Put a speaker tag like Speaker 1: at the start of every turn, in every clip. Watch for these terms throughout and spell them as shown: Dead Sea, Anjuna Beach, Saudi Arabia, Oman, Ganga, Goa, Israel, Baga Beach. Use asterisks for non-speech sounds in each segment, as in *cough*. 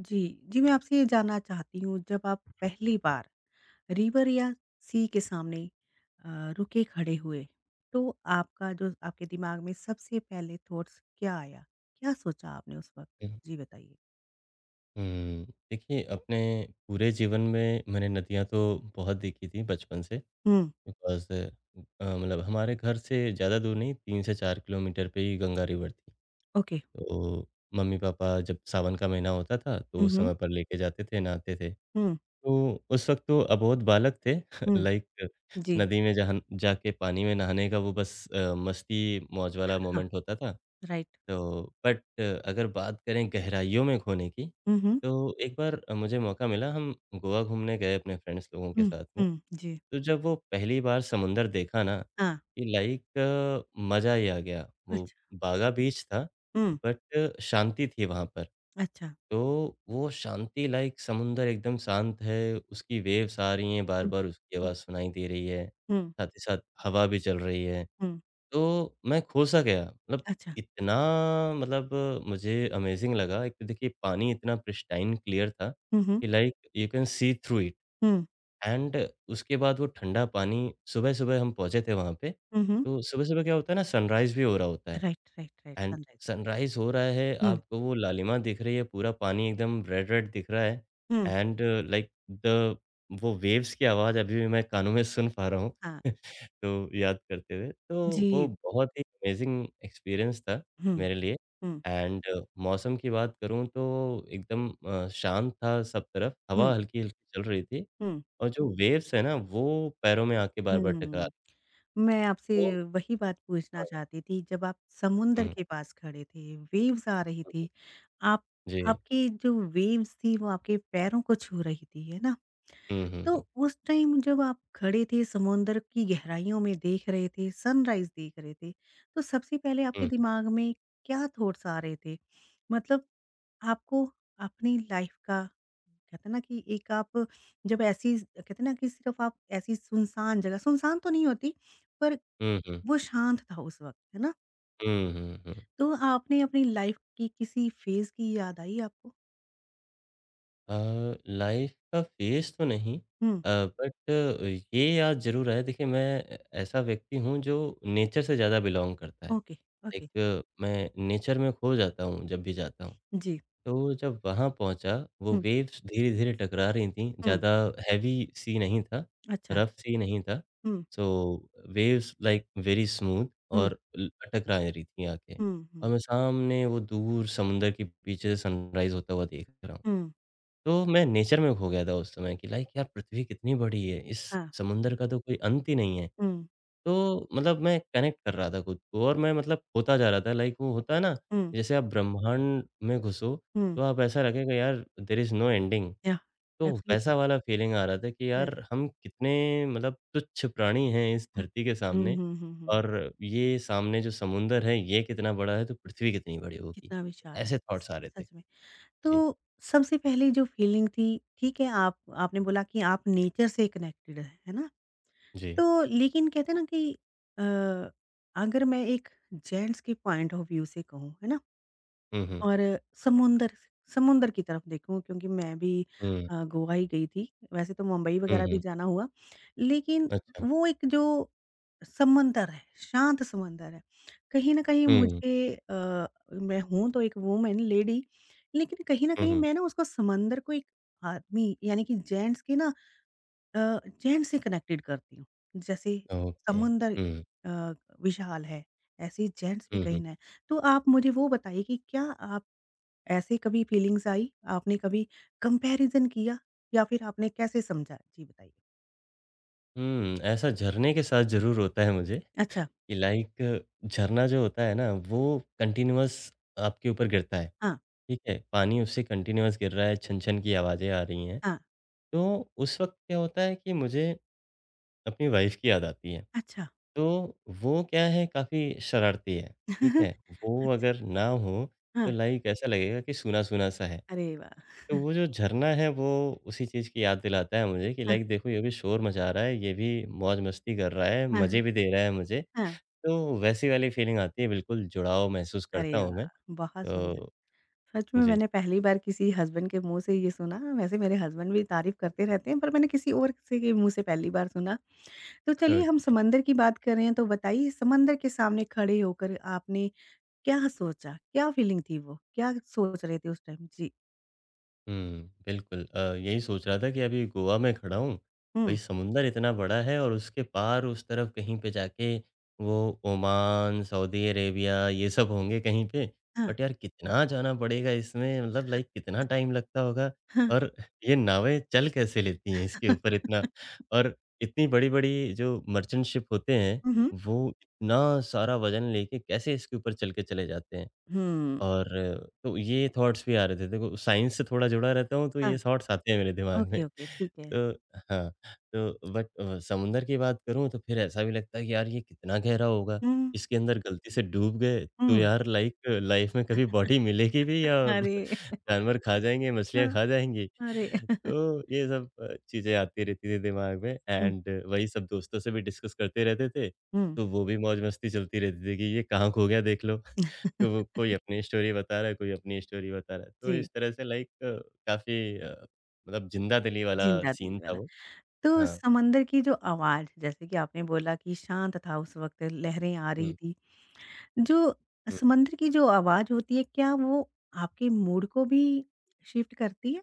Speaker 1: जी, जी मैं आपसे ये जानना चाहती हूँ जब आप पहली बार रिवर या सी के सामने रुके खड़े हुए, तो आपका जो आपके दिमाग में सबसे पहले थॉट्स क्या आया? क्या सोचा आपने उस वक़्त? जी बताइए?
Speaker 2: हुँ, देखिए अपने पूरे जीवन में मैंने नदियाँ तो बहुत देखी थी बचपन से
Speaker 1: हुँ,
Speaker 2: बिकॉज़ मतलब हमारे घर से ज़्यादा दूर नहीं 3 से 4 किलोमीटर पे ही गंगा रिवर थी।
Speaker 1: ओके।
Speaker 2: तो मम्मी-पापा जब सावन का महीना होता था तो
Speaker 1: हुँ,
Speaker 2: उस
Speaker 1: हुँ,
Speaker 2: समय पर लेके जाते थे, नहाते थे।
Speaker 1: हुँ,
Speaker 2: तो उस वक़्त तो अबोध बालक थे *laughs*
Speaker 1: हुँ,
Speaker 2: लाइक
Speaker 1: जी,
Speaker 2: नदी में जहाँ जाके पानी में नहाने का वो बस मस्ती मौज वाला
Speaker 1: हाँ,
Speaker 2: मोमेंट होता था।
Speaker 1: राइट।
Speaker 2: तो बट अगर बात करें गहराइयों में खोने की,
Speaker 1: हुँ, हुँ,
Speaker 2: तो एक बार मुझे मौका मिला हम गोवा घूमने गए अपने फ्रेंड्स लोगों के
Speaker 1: हुँ,
Speaker 2: साथ में।
Speaker 1: हुँ, जी,
Speaker 2: तो जब वो पहली बार समुंदर देखा ना,
Speaker 1: हाँ,
Speaker 2: कि लाइक मज़ा ही आ गया। वो
Speaker 1: अच्छा,
Speaker 2: बागा बीच था
Speaker 1: हुँ,
Speaker 2: बट शांति थी वहाँ पर।
Speaker 1: अच्छा,
Speaker 2: तो वो शांति लाइक समुंदर एकदम शांत है, उसकी वेव्स आ रही हैं
Speaker 1: हुँ,
Speaker 2: बार-बार, उसकी
Speaker 1: हुँ,
Speaker 2: आवाज़ सुनाई दे रही है।
Speaker 1: हुँ,
Speaker 2: साथ ही साथ हवा भी चल रही है।
Speaker 1: हुँ,
Speaker 2: तो मैं खो-सा गया। मतलब
Speaker 1: अच्छा,
Speaker 2: इतना मतलब मुझे अमेज़िंग लगा। एक तो देखिए पानी इतना क्रिस्टाइन क्लियर था
Speaker 1: हुँ, हुँ,
Speaker 2: कि like you can see through it
Speaker 1: हुँ,
Speaker 2: एंड उसके बाद वो ठंडा पानी सुबह-सुबह हम पहुँचे थे वहाँ पे।
Speaker 1: हुँ, हुँ,
Speaker 2: तो सुबह-सुबह क्या होता है ना सनराइज़ भी हो रहा होता है।
Speaker 1: Right, right, right,
Speaker 2: and
Speaker 1: sunrise हो रहा
Speaker 2: सनराइज़ हो रहा है,
Speaker 1: है। हुँ,
Speaker 2: आपको वो लालिमा दिख रही है, पूरा पानी एकदम रेड-रेड दिख रहा है
Speaker 1: हुँ,
Speaker 2: एंड लाइक द वो वेव्स की आवाज़ अभी भी मैं कानों में सुन पा रहा हूँ।
Speaker 1: हाँ।
Speaker 2: *laughs* तो याद करते हुए, तो वो
Speaker 1: जी।
Speaker 2: बहुत ही अमेज़िंग एक्सपीरियंस था
Speaker 1: हुँ,
Speaker 2: मेरे लिए
Speaker 1: हुँ,
Speaker 2: एंड मौसम की बात करूँ तो एकदम शांत था सब तरफ,
Speaker 1: हुँ,
Speaker 2: हवा हल्की-हल्की चल रही थी
Speaker 1: हुँ,
Speaker 2: और जो वेव्स है ना, वो पैरों में आके बार-बार टकरा
Speaker 1: हुँ।
Speaker 2: रही
Speaker 1: मैं आपसे
Speaker 2: तो
Speaker 1: वही बात पूछना
Speaker 2: हाँ,
Speaker 1: चाहती थी, जब आप समुंदर
Speaker 2: हुँ,
Speaker 1: के पास खड़े थे, वेव्स आ रही
Speaker 2: हुँ,
Speaker 1: थी,
Speaker 2: हुँ,
Speaker 1: आप
Speaker 2: जी।
Speaker 1: आपकी जो वेव्स थी वो आपके पैरों को छू रही थी, है ना?
Speaker 2: हुँ, हुँ, हुँ,
Speaker 1: तो उस टाइम जब आप खड़े थे समुंदर की गहराइयों में देख रहे थे, सनराइज़ देख रहे थे, तो सबसे पहले आपके
Speaker 2: हुँ,
Speaker 1: दिमाग में क्या थॉट्स आ रहे थे? मतलब आपको अपनी लाइफ का कहते हैं ना कि एक आप जब ऐसी कहते हैं ना कि सिर्फ आप ऐसी सुनसान जगह सुनसान तो नहीं होती पर
Speaker 2: हुँ, हुँ।
Speaker 1: वो शांत था उस वक़्त, है ना?
Speaker 2: हुँ, हुँ, हुँ।
Speaker 1: तो आपने अपनी लाइफ की किसी फेज़ की याद आई आपको?
Speaker 2: अ, लाइफ़ का फ़ेज़ तो नहीं
Speaker 1: हुँ,
Speaker 2: बट ये याद ज़रूर है। देखिए, मैं ऐसा व्यक्ति हूँ जो नेचर से ज़्यादा बिलॉन्ग करता है।
Speaker 1: Okay, okay.
Speaker 2: एक मैं नेचर में खो जाता हूँ जब भी जाता हूँ।
Speaker 1: जी।
Speaker 2: तो जब वहाँ पहुँचा वो
Speaker 1: हुँ,
Speaker 2: वेव्स धीरे-धीरे टकरा रही थी,
Speaker 1: हुँ।
Speaker 2: ज़्यादा हेवी सी नहीं था,
Speaker 1: अच्छा।
Speaker 2: रफ़ सी नहीं था।
Speaker 1: हुँ,
Speaker 2: so waves like very smooth
Speaker 1: हुँ,
Speaker 2: और ल टकरा रही थी आके
Speaker 1: हुँ,
Speaker 2: और
Speaker 1: हुँ,
Speaker 2: मैं सामने वो दूर समुंदर के पीछे सनराइज़ होता हुआ देख रहा हूँ।
Speaker 1: हुँ।
Speaker 2: तो मैं नेचर में खो गया था उस समय कि लाइक यार पृथ्वी कितनी बड़ी है, इस
Speaker 1: हाँ।
Speaker 2: समुंदर का तो कोई अंत ही नहीं है।
Speaker 1: हुँ,
Speaker 2: तो मतलब मैं कनेक्ट कर रहा था खुद को और मैं मतलब खोता जा रहा था लाइक वो होता है ना,
Speaker 1: हुँ,
Speaker 2: जैसे आप ब्रह्मांड में घुसो
Speaker 1: हुँ।
Speaker 2: तो आप ऐसा लगेगा यार there is no ending.
Speaker 1: Yeah
Speaker 2: तो
Speaker 1: एब्सोल्युटली
Speaker 2: वैसा वाला फीलिंग आ रहा था कि
Speaker 1: राइट।
Speaker 2: यार हम कितने मतलब तुच्छ प्राणी हैं इस
Speaker 1: हुँ,
Speaker 2: धरती के
Speaker 1: हुँ,
Speaker 2: सामने
Speaker 1: हुँ, हुँ, हुँ।
Speaker 2: और ये सामने जो समुंदर है ये कितना बड़ा है तो पृथ्वी कितनी बड़ी होगी।
Speaker 1: कितना विशाल है,
Speaker 2: ऐसे
Speaker 1: स
Speaker 2: थॉट्स आ रहे थे।
Speaker 1: सच में।
Speaker 2: जी,
Speaker 1: तो सबसे पहले जो फीलिंग थी ठीक है आप आपने बोला कि आप नेचर से कनेक्टेड है ना
Speaker 2: जी।
Speaker 1: तो लेकिन कहते हैं ना कि अ, अगर मैं एक जेंट्स के पॉइंट ऑफ व्यू से कहूँ है ना
Speaker 2: हुँ, हुँ।
Speaker 1: और समुंदर समुंदर की तरफ देखूँ क्योंकि मैं भी
Speaker 2: हुँ,
Speaker 1: गोवा ही गई थी। वैसे तो मुंबई
Speaker 2: हुँ,
Speaker 1: वगैरह भी
Speaker 2: हुँ।
Speaker 1: जाना हुआ, लेकिन
Speaker 2: अच्छा।
Speaker 1: वो एक जो समंदर है, शांत समंदर है। कहीं न कहीं
Speaker 2: हुँ,
Speaker 1: मुझे मैं हूँ तो एक वूमन लेडी, लेकिन कहीं न
Speaker 2: हुँ,
Speaker 1: कहीं
Speaker 2: हुँ।
Speaker 1: मैं ना उसको समंदर को एक आदमी यानी कि जेंट्स के ना जेंट्स से कनेक्टेड करती हूँ। जैसे
Speaker 2: ओके।
Speaker 1: समुंदर
Speaker 2: हुँ,
Speaker 1: अ, विशाल है, ऐसे ही जेंट्स भी
Speaker 2: हुँ,
Speaker 1: कहीं
Speaker 2: हुँ।
Speaker 1: न है। तो आप मुझे वो बताइए कि क्या आप ऐसी कभी फीलिंग्स आई? आपने कभी कंपैरिज़न किया या फिर आपने कैसे समझा? जी बताइए?
Speaker 2: हुँ, ऐसा झरने के साथ ज़रूर होता है मुझे
Speaker 1: अच्छा,
Speaker 2: कि लाइक झरना जो होता है ना, वो कंटीन्यूअस आपके ऊपर गिरता है,
Speaker 1: हाँ,
Speaker 2: ठीक है? पानी उससे कंटीन्यूअस गिर रहा है, छन-छन की आवाज़ें आ रही हैं।
Speaker 1: हाँ,
Speaker 2: तो उस वक़्त क्या होता है कि मुझे अपनी वाइफ़ की याद आती है।
Speaker 1: अच्छा।
Speaker 2: तो वो क्या है काफ़ी शरारती है, ठीक है?
Speaker 1: *laughs*
Speaker 2: वो अगर ना हो, तो
Speaker 1: हाँ,
Speaker 2: लाइक ऐसा लगेगा कि सूना-सूना सा है।
Speaker 1: अरे वाह!
Speaker 2: तो वो जो झरना है वो उसी चीज़ की याद दिलाता है मुझे कि
Speaker 1: हाँ,
Speaker 2: लाइक देखो ये भी शोर मचा रहा है, ये भी मौज-मस्ती कर रहा है,
Speaker 1: हाँ, हाँ,
Speaker 2: मज़े भी दे रहा है मुझे।
Speaker 1: हाँ।
Speaker 2: तो वैसी वाली फीलिंग आती है, बिल्कुल जुड़ाव महसूस करता
Speaker 1: अरे
Speaker 2: हूँ
Speaker 1: वाह!
Speaker 2: मैं।
Speaker 1: बहुत सुंदर।
Speaker 2: तो
Speaker 1: सच में
Speaker 2: जी।
Speaker 1: मैंने पहली बार किसी हसबैंड के मुँह से ये सुना, वैसे मेरे हसबैंड भी तारीफ़ करते रहते हैं, पर मैंने किसी और से के मुँह से पहली बार सुना। तो चलिए हम
Speaker 2: *laughs*
Speaker 1: समंदर की बात कर रहे हैं, तो बताइए समंदर के सामने खड़े होकर आपने क्या सोचा? क्या फीलिंग थी वो? क्या सोच रहे थे उस टाइम? जी।
Speaker 2: हुँ, बिल्कुल यही सोच रहा था कि अभी गोवा में खड़ा हूँ, वही
Speaker 1: हुँ,
Speaker 2: समुंदर इतना बड़ा है और उसके पार उस तरफ कहीं पे जाके वो ओमान, सऊदी अरेबिया ये सब होंगे कहीं पे। बट यार कितना जाना पड़ेगा इसमें मतलब लाइक कितना टाइम लगता होगा
Speaker 1: हाँ।
Speaker 2: और ये नावें चल कैसे लेती हैं इसके ऊपर इतना? और इतनी बड़ी-बड़ी जो मर्चेंट शिप होते हैं,
Speaker 1: हुँ, हुँ।
Speaker 2: वो इतना सारा वज़न लेके कैसे इसके ऊपर चल के चले जाते हैं?
Speaker 1: हुँ।
Speaker 2: और तो ये थॉट्स भी आ रहे थे। देखो साइंस से थोड़ा जुड़ा रहता हूँ तो ये
Speaker 1: हाँ,
Speaker 2: थॉट्स आते हैं मेरे दिमाग में।
Speaker 1: ओके, ओके, ठीक है।
Speaker 2: तो हाँ, तो बट समुंदर की बात करूँ तो फिर ऐसा भी लगता है कि यार ये कितना गहरा होगा?
Speaker 1: हुँ,
Speaker 2: इसके अंदर गलती से डूब गए तो
Speaker 1: हुँ।
Speaker 2: यार लाइक लाइफ़ में कभी बॉडी मिलेगी भी या
Speaker 1: *laughs*
Speaker 2: *laughs*
Speaker 1: अरे!
Speaker 2: जानवर खा जाएँगे, मछलियाँ
Speaker 1: हाँ,
Speaker 2: खा जाएँगी।
Speaker 1: अरे! *laughs*
Speaker 2: तो ये सब चीज़ें आती रहती थी दिमाग में
Speaker 1: हुँ,
Speaker 2: एंड वही सब दोस्तों से भी डिस्कस करते रहते थे।
Speaker 1: हुँ।
Speaker 2: तो वो भी मौज-मस्ती चलती रहती थी कि ये कहाँ खो गया देख लो। तो वो कोई अपनी स्टोरी बता रहा है, कोई अपनी स्टोरी बता रहा है। तो
Speaker 1: जी,
Speaker 2: इस तरह से लाइक काफ़ी जिंदा-दिली वाला
Speaker 1: जिंदा
Speaker 2: सीन
Speaker 1: दिली
Speaker 2: था
Speaker 1: वाला।
Speaker 2: वो।
Speaker 1: तो
Speaker 2: हाँ।
Speaker 1: समंदर की जो आवाज़ जैसे कि आपने बोला कि शांत था उस वक़्त लहरें आ रही
Speaker 2: हुँ,
Speaker 1: थी। जो
Speaker 2: हुँ।
Speaker 1: समंदर की जो आवाज़ होती है क्या वो आपके मूड को भी शिफ्ट करती है?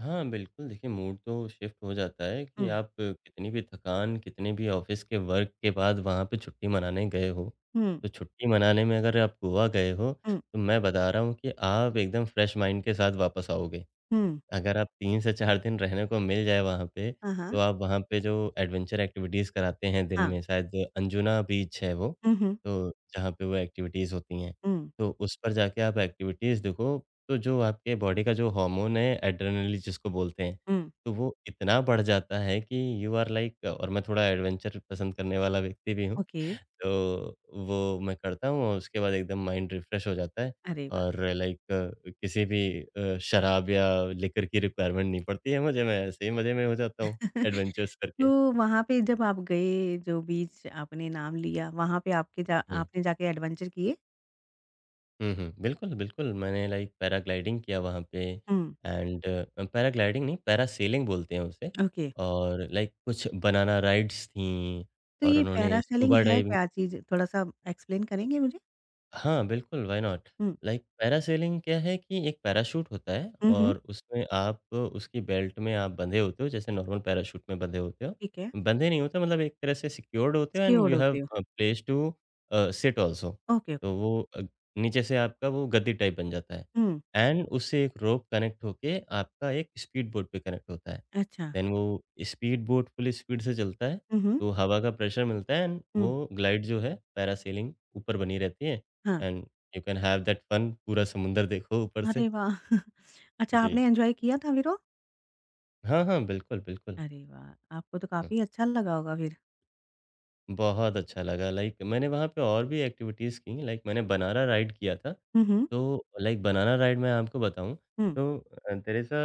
Speaker 2: हाँ, बिल्कुल देखिए मूड तो शिफ्ट हो जाता है कि
Speaker 1: हुँ,
Speaker 2: आप कितनी भी थकान, कितने भी ऑफ़िस के वर्क के बाद वहाँ पे छुट्टी मनाने गए हो,
Speaker 1: हुँ,
Speaker 2: तो छुट्टी मनाने में अगर आप गोवा गए हो,
Speaker 1: हुँ,
Speaker 2: तो मैं बता रहा हूँ कि आप एकदम फ्रेश माइंड के साथ वापस आओगे।
Speaker 1: हुँ।
Speaker 2: अगर आप 3 से 4 दिन रहने को मिल जाए वहाँ पे,
Speaker 1: हाँ,
Speaker 2: तो
Speaker 1: हाँ।
Speaker 2: आप वहाँ पे जो एडवेंचर एक्टिविटीज़ कराते हैं दिन
Speaker 1: हाँ।
Speaker 2: में, शायद अंजुना बीच है वो,
Speaker 1: हुँ, हुँ,
Speaker 2: तो जहाँ पे वो एक्टिविटीज़ होती हैं।
Speaker 1: हुँ,
Speaker 2: तो उस पर जाके आप एक्टिविटीज़ देखो, तो जो आपके बॉडी का जो हार्मोन है एड्रेनलिन जिसको बोलते हैं,
Speaker 1: हुँ।
Speaker 2: तो वो इतना बढ़ जाता है कि यू आर लाइक और मैं थोड़ा एडवेंचर पसंद करने वाला व्यक्ति भी हूँ,
Speaker 1: ओके,
Speaker 2: तो वो मैं करता हूँ और उसके बाद एकदम माइंड रिफ्रेश हो जाता है
Speaker 1: अरे वाह!
Speaker 2: और लाइक किसी भी शराब या लिकर की रिक्वायरमेंट नहीं पड़ती है मुझे, मैं ऐसे ही मज़े में हो जाता हूँ,
Speaker 1: *laughs*
Speaker 2: एडवेंचर्स करके।
Speaker 1: तो वहाँ पे जब आप गए, जो बीच आपने नाम लिया, वहाँ पे आपके जा
Speaker 2: हुँ,
Speaker 1: आपने जाके एडवेंचर किए?
Speaker 2: हुँ, हुँ। बिल्कुल, बिल्कुल, मैंने लाइक पैराग्लाइडिंग किया वहाँ पे
Speaker 1: हुँ,
Speaker 2: एंड पैराग्लाइडिंग नहीं, पैरासेलिंग बोलते हैं उसे
Speaker 1: ओके।
Speaker 2: और लाइक कुछ बनाना राइड्स थीं
Speaker 1: तो
Speaker 2: और
Speaker 1: ये
Speaker 2: उन्होंने
Speaker 1: पैरासेलिंग
Speaker 2: स्कूबा
Speaker 1: है
Speaker 2: डाइविंग
Speaker 1: क्या चीज़? थोड़ा-सा एक्सप्लेन करेंगे मुझे?
Speaker 2: हाँ, बिल्कुल, व्हाई नॉट?
Speaker 1: हुँ।
Speaker 2: लाइक पैरासेलिंग क्या है कि एक पैराशूट होता है
Speaker 1: हुँ, हुँ।
Speaker 2: और उसमें आप उसकी बेल्ट में आप बंधे होते हो, जैसे नॉर्मल पैराशूट में बंधे होते हो।
Speaker 1: ठीक है,
Speaker 2: बंधे नहीं होते मतलब एक तरह से सिक्योर्ड होते हो एंड
Speaker 1: स्क्योर्ड
Speaker 2: यू हैव
Speaker 1: होते हो।
Speaker 2: Place to sit also.
Speaker 1: Okay, okay.
Speaker 2: तो वो नीचे से आपका वो गद्दी टाइप बन जाता है
Speaker 1: हुँ।
Speaker 2: एंड उससे एक रोप कनेक्ट होके आपका एक स्पीड बोट पे कनेक्ट होता है।
Speaker 1: अच्छा।
Speaker 2: देन वो स्पीड बोट फुल स्पीड से चलता है,
Speaker 1: हुँ, हुँ,
Speaker 2: तो हवा का प्रेशर मिलता है एंड वो
Speaker 1: हुँ।
Speaker 2: ग्लाइड जो है पैरासेलिंग ऊपर बनी रहती है।
Speaker 1: हाँ।
Speaker 2: And you can have that fun पूरा समुंदर देखो ऊपर से।
Speaker 1: अरे वाह! *laughs* अच्छा
Speaker 2: जी।
Speaker 1: आपने एन्जॉय किया था फिर वो?
Speaker 2: हाँ, हाँ, बिल्कुल, बिल्कुल।
Speaker 1: अरे वाह! आपको तो
Speaker 2: हुँ,
Speaker 1: काफ़ी अच्छा लगा होगा फिर?
Speaker 2: बहुत अच्छा लगा लाइक मैंने वहाँ पे और भी एक्टिविटीज़ की लाइक मैंने बनाना राइड किया था।
Speaker 1: हुँ, हुँ,
Speaker 2: तो लाइक बनाना राइड मैं आपको बताऊँ
Speaker 1: हुँ।
Speaker 2: तो uh, there is a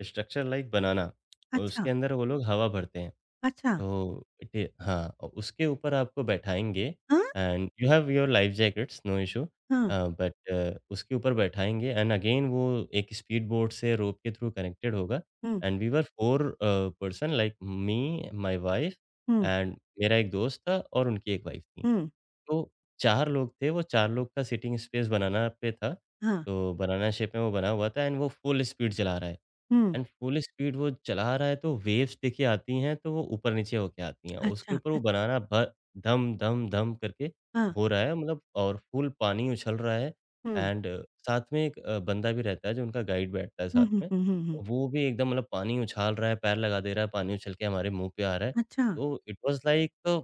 Speaker 2: uh, structure like banana
Speaker 1: अच्छा,
Speaker 2: उसके अंदर वो लोग हवा भरते हैं।
Speaker 1: अच्छा।
Speaker 2: तो डे हाँ, उसके ऊपर आपको बैठाएँगे
Speaker 1: हाँ?
Speaker 2: And you have your life jackets, no issue
Speaker 1: हाँ।
Speaker 2: बट उसके ऊपर बैठाएँगे एंड अगेन वो एक स्पीड बोट से रोप के थ्रू कनेक्टेड होगा
Speaker 1: हुँ,
Speaker 2: and we were 4 person like me, my wife
Speaker 1: हुँ,
Speaker 2: एंड मेरा एक दोस्त था और उनकी एक वाइफ थी।
Speaker 1: हुँ,
Speaker 2: तो 4 लोग थे, वो 4 लोग का सिटिंग स्पेस बनाना पे था,
Speaker 1: हाँ।
Speaker 2: तो बनाना शेप में वो बना हुआ था एंड वो फुल स्पीड चला रहा है।
Speaker 1: हुँ।
Speaker 2: एंड फुल स्पीड वो चला रहा है तो वेव्स देखिए आती हैं तो वो ऊपर-नीचे होके आती हैं। उसके ऊपर वो बनाना भ धम, धम, धम करके
Speaker 1: हाँ।
Speaker 2: हो रहा है मतलब और फुल पानी उछल रहा है
Speaker 1: हुँ।
Speaker 2: एंड साथ में एक बंदा भी रहता है जो उनका गाइड बैठता है
Speaker 1: हुँ,
Speaker 2: साथ
Speaker 1: हुँ,
Speaker 2: में।
Speaker 1: हुँ, हुँ, हुँ।
Speaker 2: वो भी एकदम मतलब पानी उछाल रहा है, पैर लगा दे रहा है, पानी उछल के हमारे मुँह पे आ रहा है।
Speaker 1: अच्छा,
Speaker 2: तो इट वाज़ लाइक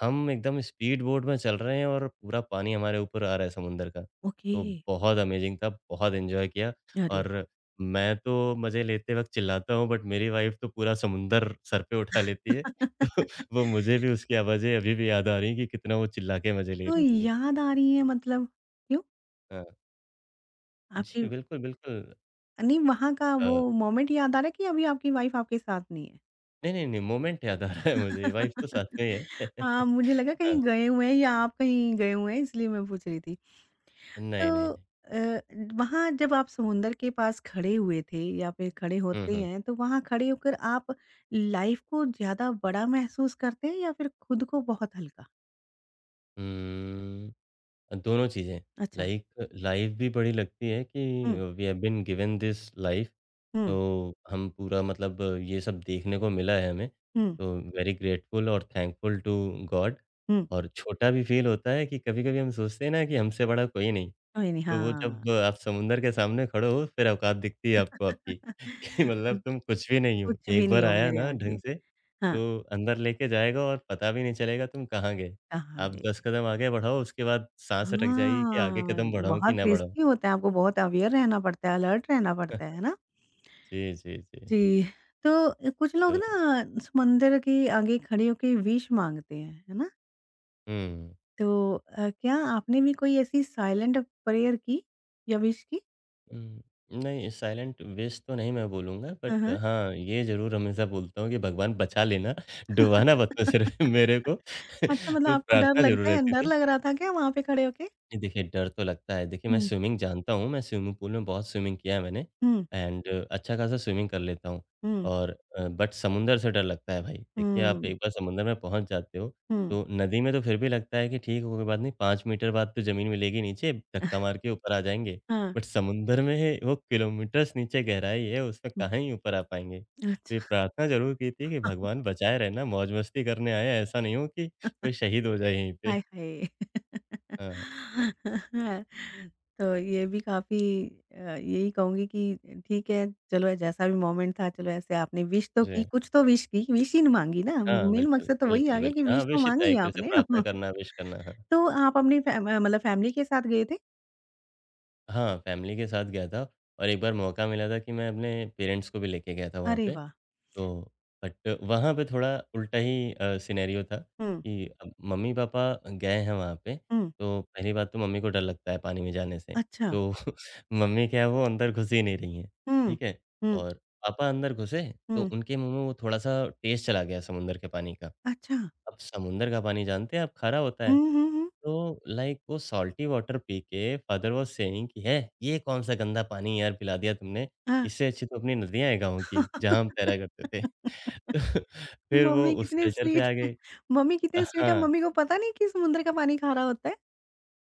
Speaker 2: हम एकदम स्पीड बोट में चल रहे हैं और पूरा पानी हमारे ऊपर आ रहा है समुंदर का।
Speaker 1: ओके।
Speaker 2: तो बहुत अमेजिंग था, बहुत एन्जॉय किया
Speaker 1: अरे वाह!
Speaker 2: और मैं तो मज़े लेते वक़्त चिल्लाता हूँ बट मेरी वाइफ़ तो पूरा समुंदर सर पे उठा लेती है। *laughs* तो वो
Speaker 1: *laughs*
Speaker 2: मुझे भी उसकी आवाज़ें अभी भी याद आ रही हैं कि कितना वो चिल्ला के मज़े ले
Speaker 1: तो
Speaker 2: रही थी।
Speaker 1: याद आ रही है मतलब क्यों?
Speaker 2: हाँ,
Speaker 1: आपकी
Speaker 2: जी बिल्कुल, बिल्कुल।
Speaker 1: नहीं वहाँ का
Speaker 2: अ,
Speaker 1: वो मोमेंट याद आ रहा है कि अभी आपकी वाइफ़ आपके साथ नहीं है?
Speaker 2: नहीं, नहीं, नहीं मोमेंट याद आ रहा है मुझे वाइफ़ तो साथ में
Speaker 1: *laughs*
Speaker 2: ही है।
Speaker 1: हाँ, मुझे
Speaker 2: *laughs*
Speaker 1: लगा
Speaker 2: हाँ,
Speaker 1: कहीं गए हुए हैं या आप कहीं गए हुए हैं इसलिए मैं पूछ रही थी।
Speaker 2: नहीं, नहीं,
Speaker 1: तो
Speaker 2: नहीं।
Speaker 1: वहाँ जब आप समुंदर के पास खड़े हुए थे या फिर खड़े
Speaker 2: हुँ,
Speaker 1: होते
Speaker 2: हुँ।
Speaker 1: हैं तो वहाँ खड़े होकर आप लाइफ़ को ज़्यादा बड़ा महसूस करते हैं या फिर खुद को बहुत हल्का?
Speaker 2: उम, दोनों चीज़ें
Speaker 1: अच्छा,
Speaker 2: लाइक लाइफ़ भी बड़ी लगती है कि
Speaker 1: हुँ,
Speaker 2: we have been given this life
Speaker 1: हुँ,
Speaker 2: तो हम पूरा मतलब ये सब देखने को मिला है हमें,
Speaker 1: हुँ,
Speaker 2: तो वेरी ग्रेटफुल और थैंकफुल टू गॉड
Speaker 1: हुँ,
Speaker 2: और छोटा भी फ़ील होता है कि कभी-कभी हम सोचते हैं ना कि हमसे बड़ा कोई नहीं,
Speaker 1: कोई नहीं,
Speaker 2: तो वो
Speaker 1: हाँ।
Speaker 2: जब आप समुद्र के सामने खड़े हो फिर औकात दिखती है आपको आपकी *laughs* कि
Speaker 1: *laughs*
Speaker 2: मतलब
Speaker 1: हुँ,
Speaker 2: तुम कुछ भी नहीं हो।
Speaker 1: कुछ भी
Speaker 2: एक
Speaker 1: नहीं
Speaker 2: बार
Speaker 1: हो
Speaker 2: आया
Speaker 1: मेरे
Speaker 2: ना ढंग
Speaker 1: आगे।
Speaker 2: से,
Speaker 1: हाँ,
Speaker 2: तो अंदर लेके जाएगा और पता भी नहीं चलेगा तुम कहाँ गए।
Speaker 1: कहाँ
Speaker 2: आप
Speaker 1: गए?
Speaker 2: 10 कदम आगे बढ़ाओ उसके बाद साँस अटक जाएगी कि आगे
Speaker 1: हाँ,
Speaker 2: कदम बढ़ाऊँ कि
Speaker 1: बहुत
Speaker 2: ना बढ़ाऊँ।
Speaker 1: रिस्की होता है, आपको बहुत अवेयर रहना पड़ता है, अलर्ट रहना पड़ता है ना?
Speaker 2: जी, जी, जी।
Speaker 1: जी, तो कुछ लोग
Speaker 2: तो
Speaker 1: ना समुंदर के आगे खड़े होके विश माँगते हैं, है ना?
Speaker 2: हुँ।
Speaker 1: तो क्या आपने भी कोई ऐसी साइलेंट प्रेयर की या विश की?
Speaker 2: हुँ, नहीं साइलेंट वेस्ट तो नहीं मैं बोलूँगा
Speaker 1: हाँ,
Speaker 2: बट
Speaker 1: हाँ।
Speaker 2: हाँ, ये ज़रूर हमेशा बोलता हूँ कि भगवान बचा लेना, डुबाना मत
Speaker 1: *laughs*
Speaker 2: मुझे मेरे को
Speaker 1: अच्छा मतलब
Speaker 2: *laughs* तो
Speaker 1: आपको डर
Speaker 2: प्रार्थना ज़रूर
Speaker 1: लगता है
Speaker 2: रहती
Speaker 1: डर
Speaker 2: थी।
Speaker 1: लग रहा था क्या वहाँ पे खड़े होके?
Speaker 2: नहीं, देखिए डर तो लगता है। देखिए, मैं
Speaker 1: हुँ,
Speaker 2: स्विमिंग जानता हूँ, मैं स्विमिंग पूल में बहुत स्विमिंग किया है मैंने
Speaker 1: हुँ,
Speaker 2: एंड अच्छा खासा स्विमिंग कर लेता हूँ
Speaker 1: हुँ,
Speaker 2: और बट समुंदर से डर लगता है भाई। देखिए, आप
Speaker 1: हुँ,
Speaker 2: एक बार समुंदर में पहुँच जाते हो,
Speaker 1: हुँ।
Speaker 2: तो नदी में तो फिर भी लगता है कि ठीक है, कोई बात नहीं, 5 मीटर बाद तो ज़मीन मिलेगी नीचे, धक्का मार के ऊपर आ जाएँगे।
Speaker 1: हाँ,
Speaker 2: बट समुंदर में है, वो किलोमीटर्स नीचे गहराई है, उसमें
Speaker 1: हुँ,
Speaker 2: कहाँ ही ऊपर आ पाएँगे।
Speaker 1: अच्छा,
Speaker 2: तो ये प्रार्थना ज़रूर की थी कि भगवान बचाए रहना, मौज-मस्ती करने आए हैं, ऐसा नहीं हो कि कोई
Speaker 1: *laughs*
Speaker 2: शहीद हो जाए यहीं
Speaker 1: हाय,
Speaker 2: पे।
Speaker 1: हाय!
Speaker 2: हाँ,
Speaker 1: *laughs* तो ये भी काफ़ी यही कहूँगी कि ठीक है, चलो जैसा भी मोमेंट था, चलो ऐसे आपने विश तो की,
Speaker 2: जी।
Speaker 1: कुछ तो विश की, विश ही न माँगी ना,
Speaker 2: हाँ,
Speaker 1: मेन
Speaker 2: बिल्कुल,
Speaker 1: मकसद तो वही आ
Speaker 2: बिल्कुल,
Speaker 1: गया कि
Speaker 2: बिल्कुल।
Speaker 1: विश
Speaker 2: हाँ,
Speaker 1: तो
Speaker 2: विश ही था
Speaker 1: माँगी
Speaker 2: एक तरह से
Speaker 1: आपने।
Speaker 2: प्रार्थना
Speaker 1: *laughs*
Speaker 2: करना, विश करना, हाँ।
Speaker 1: तो आप अपनी मतलब फैमिली के साथ गए थे?
Speaker 2: हाँ, फैमिली के साथ गया था और एक बार मौका मिला था कि मैं अपने पेरेंट्स को भी लेके गया था वहाँ
Speaker 1: अरे
Speaker 2: पे।
Speaker 1: वाह!
Speaker 2: तो बट वहाँ पे थोड़ा उल्टा ही सिनेरियो था
Speaker 1: हुँ,
Speaker 2: कि अब मम्मी-पापा गए हैं वहाँ पे,
Speaker 1: हुँ,
Speaker 2: तो पहली बात तो मम्मी को डर लगता है पानी में जाने से।
Speaker 1: अच्छा,
Speaker 2: तो *laughs* मम्मी क्या है वो अंदर घुस ही नहीं रही हैं,
Speaker 1: हुँ,
Speaker 2: ठीक है?
Speaker 1: हुँ,
Speaker 2: और पापा अंदर घुसे तो
Speaker 1: हुँ,
Speaker 2: उनके मुँह में वो थोड़ा-सा टेस्ट चला गया समुंदर के पानी का।
Speaker 1: अच्छा,
Speaker 2: अब समुंदर का पानी जानते हैं आप खारा होता
Speaker 1: हुँ,
Speaker 2: है।
Speaker 1: हुँ, हुँ,
Speaker 2: तो लाइक वो सॉल्टी वाटर पी के फादर वाज सेइंग कि "है, ये कौन-सा गंदा पानी यार पिला दिया तुमने?
Speaker 1: हाँ।
Speaker 2: इससे अच्छी तो अपनी नदियाँ हैं गाँव की, जहाँ हम तैरा करते थे।"
Speaker 1: *laughs*
Speaker 2: *laughs* तो फिर वो
Speaker 1: मम्मी
Speaker 2: उस
Speaker 1: कितनी
Speaker 2: कल्चर पे
Speaker 1: स्वीट
Speaker 2: आ
Speaker 1: *laughs* है
Speaker 2: गए।
Speaker 1: मम्मी कितनी स्वीट है,
Speaker 2: हाँ।
Speaker 1: मम्मी को पता नहीं कि समुद्र का पानी खारा होता है।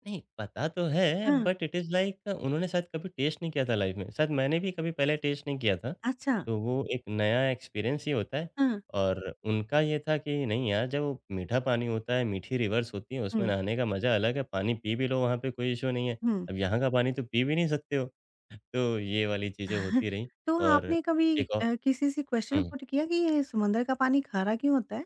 Speaker 2: नहीं, पता तो है
Speaker 1: हाँ,
Speaker 2: बट इट इज़ लाइक उन्होंने शायद कभी टेस्ट नहीं किया था लाइफ़ में। शायद मैंने भी कभी पहले टेस्ट नहीं किया था।
Speaker 1: अच्छा।
Speaker 2: तो वो एक नया एक्सपीरियंस ही होता है
Speaker 1: हाँ।
Speaker 2: और उनका ये था कि नहीं यार जब वो मीठा पानी होता है, मीठी रिवर्स होती है, उसमें
Speaker 1: हुँ,
Speaker 2: नहाने का मज़ा अलग है। पानी पी भी लो वहाँ पे कोई इश्यू नहीं है।
Speaker 1: हुँ।
Speaker 2: अब यहाँ का पानी तो पी भी नहीं सकते हो। तो ये वाली चीज़ें
Speaker 1: *laughs*
Speaker 2: होती रहीं
Speaker 1: तो
Speaker 2: और
Speaker 1: आपने कभी
Speaker 2: एक और
Speaker 1: किसी से क्वेश्चन
Speaker 2: हुँ।
Speaker 1: पुट किया कि ये समुद्र का पानी खारा क्यों होता है?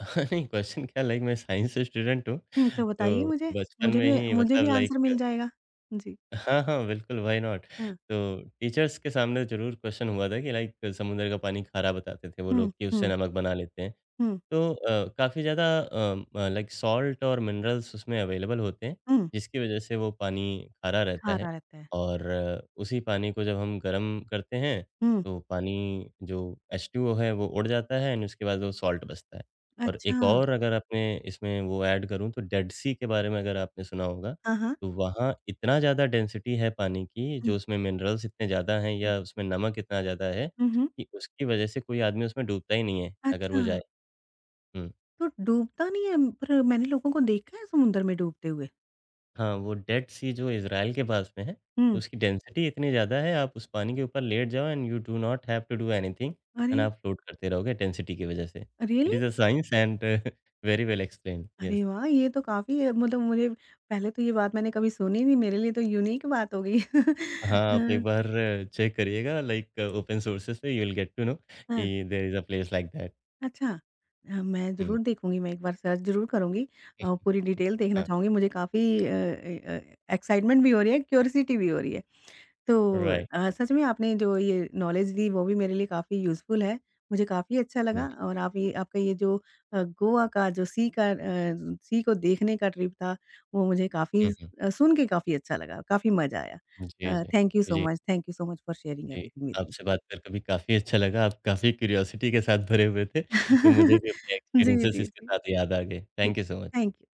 Speaker 2: *laughs* नहीं क्वेश्चन क्या लाइक मैं साइंस से स्टूडेंट हूँ।
Speaker 1: हुँ, तो बताइए
Speaker 2: तो
Speaker 1: मुझे,
Speaker 2: बचपन में ही
Speaker 1: मुझे भी
Speaker 2: मतलब
Speaker 1: आंसर
Speaker 2: लाइक
Speaker 1: मिल जाएगा। जी।
Speaker 2: हाँ, हाँ, बिल्कुल, व्हाई नॉट?
Speaker 1: हाँ।
Speaker 2: तो टीचर्स के सामने ज़रूर क्वेश्चन हुआ था कि लाइक समुद्र का पानी खारा बताते थे वो
Speaker 1: हुँ,
Speaker 2: लोग कि उससे
Speaker 1: हुँ,
Speaker 2: नमक बना लेते हैं।
Speaker 1: हुँ,
Speaker 2: तो काफ़ी ज़्यादा लाइक सॉल्ट और मिनरल्स उसमें अवेलेबल होते हैं,
Speaker 1: हुँ,
Speaker 2: जिसकी वज़ह से वो पानी खारा रहता है
Speaker 1: खारा रहता है।
Speaker 2: और उसी पानी को जब हम गर्म करते हैं,
Speaker 1: हुँ,
Speaker 2: तो पानी जो एच2ओ है वो उड़ जाता है एंड उसके बाद वो सॉल्ट बचता है। और
Speaker 1: अच्छा।
Speaker 2: एक और अगर आपने इसमें वो ऐड करूँ तो डेड सी के बारे में अगर आपने सुना होगा
Speaker 1: हाँ, हाँ।
Speaker 2: तो वहाँ इतना ज़्यादा डेंसिटी है पानी की, जो
Speaker 1: हुँ,
Speaker 2: उसमें मिनरल्स इतने ज़्यादा हैं
Speaker 1: हुँ,
Speaker 2: या उसमें नमक इतना ज़्यादा है
Speaker 1: हुँ, हुँ।
Speaker 2: कि उसकी वजह से कोई आदमी उसमें डूबता ही नहीं है, अगर
Speaker 1: अच्छा,
Speaker 2: वो जाए। हुँ।
Speaker 1: तो डूबता नहीं है पर मैंने लोगों को देखा है समुद्र में डूबते हुए।
Speaker 2: हाँ, वो डेड सी जो इज़राइल के पास में है, तो
Speaker 1: हुँ,
Speaker 2: उसकी डेंसिटी इतनी ज़्यादा है, आप उस पानी के ऊपर लेट जाओ and you do not have to do anything
Speaker 1: अरे!
Speaker 2: एंड आप फ्लोट करते रहोगे डेंसिटी की वजह से। It
Speaker 1: really?
Speaker 2: Is a science and *laughs* very well explained,
Speaker 1: अरे
Speaker 2: येस।
Speaker 1: वाह! ये तो काफ़ी मतलब मुझे पहले तो ये बात मैंने कभी सुनी नहीं, मेरे लिए तो यूनिक बात हो गई। *laughs*
Speaker 2: हाँ, आप एक
Speaker 1: हाँ,
Speaker 2: बार चेक करिएगा लाइक ओपन सोर्सेज़ पे you will get to know
Speaker 1: हाँ,
Speaker 2: कि there is a place like that.
Speaker 1: अच्छा। मैं
Speaker 2: हुँ।
Speaker 1: ज़रूर देखूँगी, मैं एक बार सर्च ज़रूर करूँगी।
Speaker 2: *laughs*
Speaker 1: पूरी डिटेल देखना
Speaker 2: हाँ,
Speaker 1: चाहूँगी, मुझे काफ़ी एक्साइटमेंट भी हो रही है, क्यूरियोसिटी भी हो रही है। तो
Speaker 2: राइट।
Speaker 1: सच में आपने जो ये नॉलेज दी वो भी मेरे लिए काफ़ी यूज़फुल है। मुझे काफ़ी अच्छा
Speaker 2: हुँ,
Speaker 1: लगा और आप ये आपका ये जो गोवा का जो सी का सी को देखने का ट्रिप था वो मुझे काफ़ी
Speaker 2: हुँ, हुँ,
Speaker 1: सुन के काफ़ी अच्छा लगा, काफ़ी मज़ा आया।
Speaker 2: हुँ। जी, जी।
Speaker 1: थैंक यू सो
Speaker 2: जी,
Speaker 1: much, thank you so much for sharing
Speaker 2: जी।
Speaker 1: Everything with me.
Speaker 2: आपसे बात कर कभी काफ़ी अच्छा लगा। आप काफ़ी क्यूरियोसिटी के साथ भरे हुए थे, तो मुझे
Speaker 1: *laughs*
Speaker 2: भी अपने
Speaker 1: जी, जी,
Speaker 2: एक्सपीरियंसेस
Speaker 1: जी,
Speaker 2: इसके
Speaker 1: जी।
Speaker 2: साथ याद आ गए। Thank you so much.
Speaker 1: Thank you.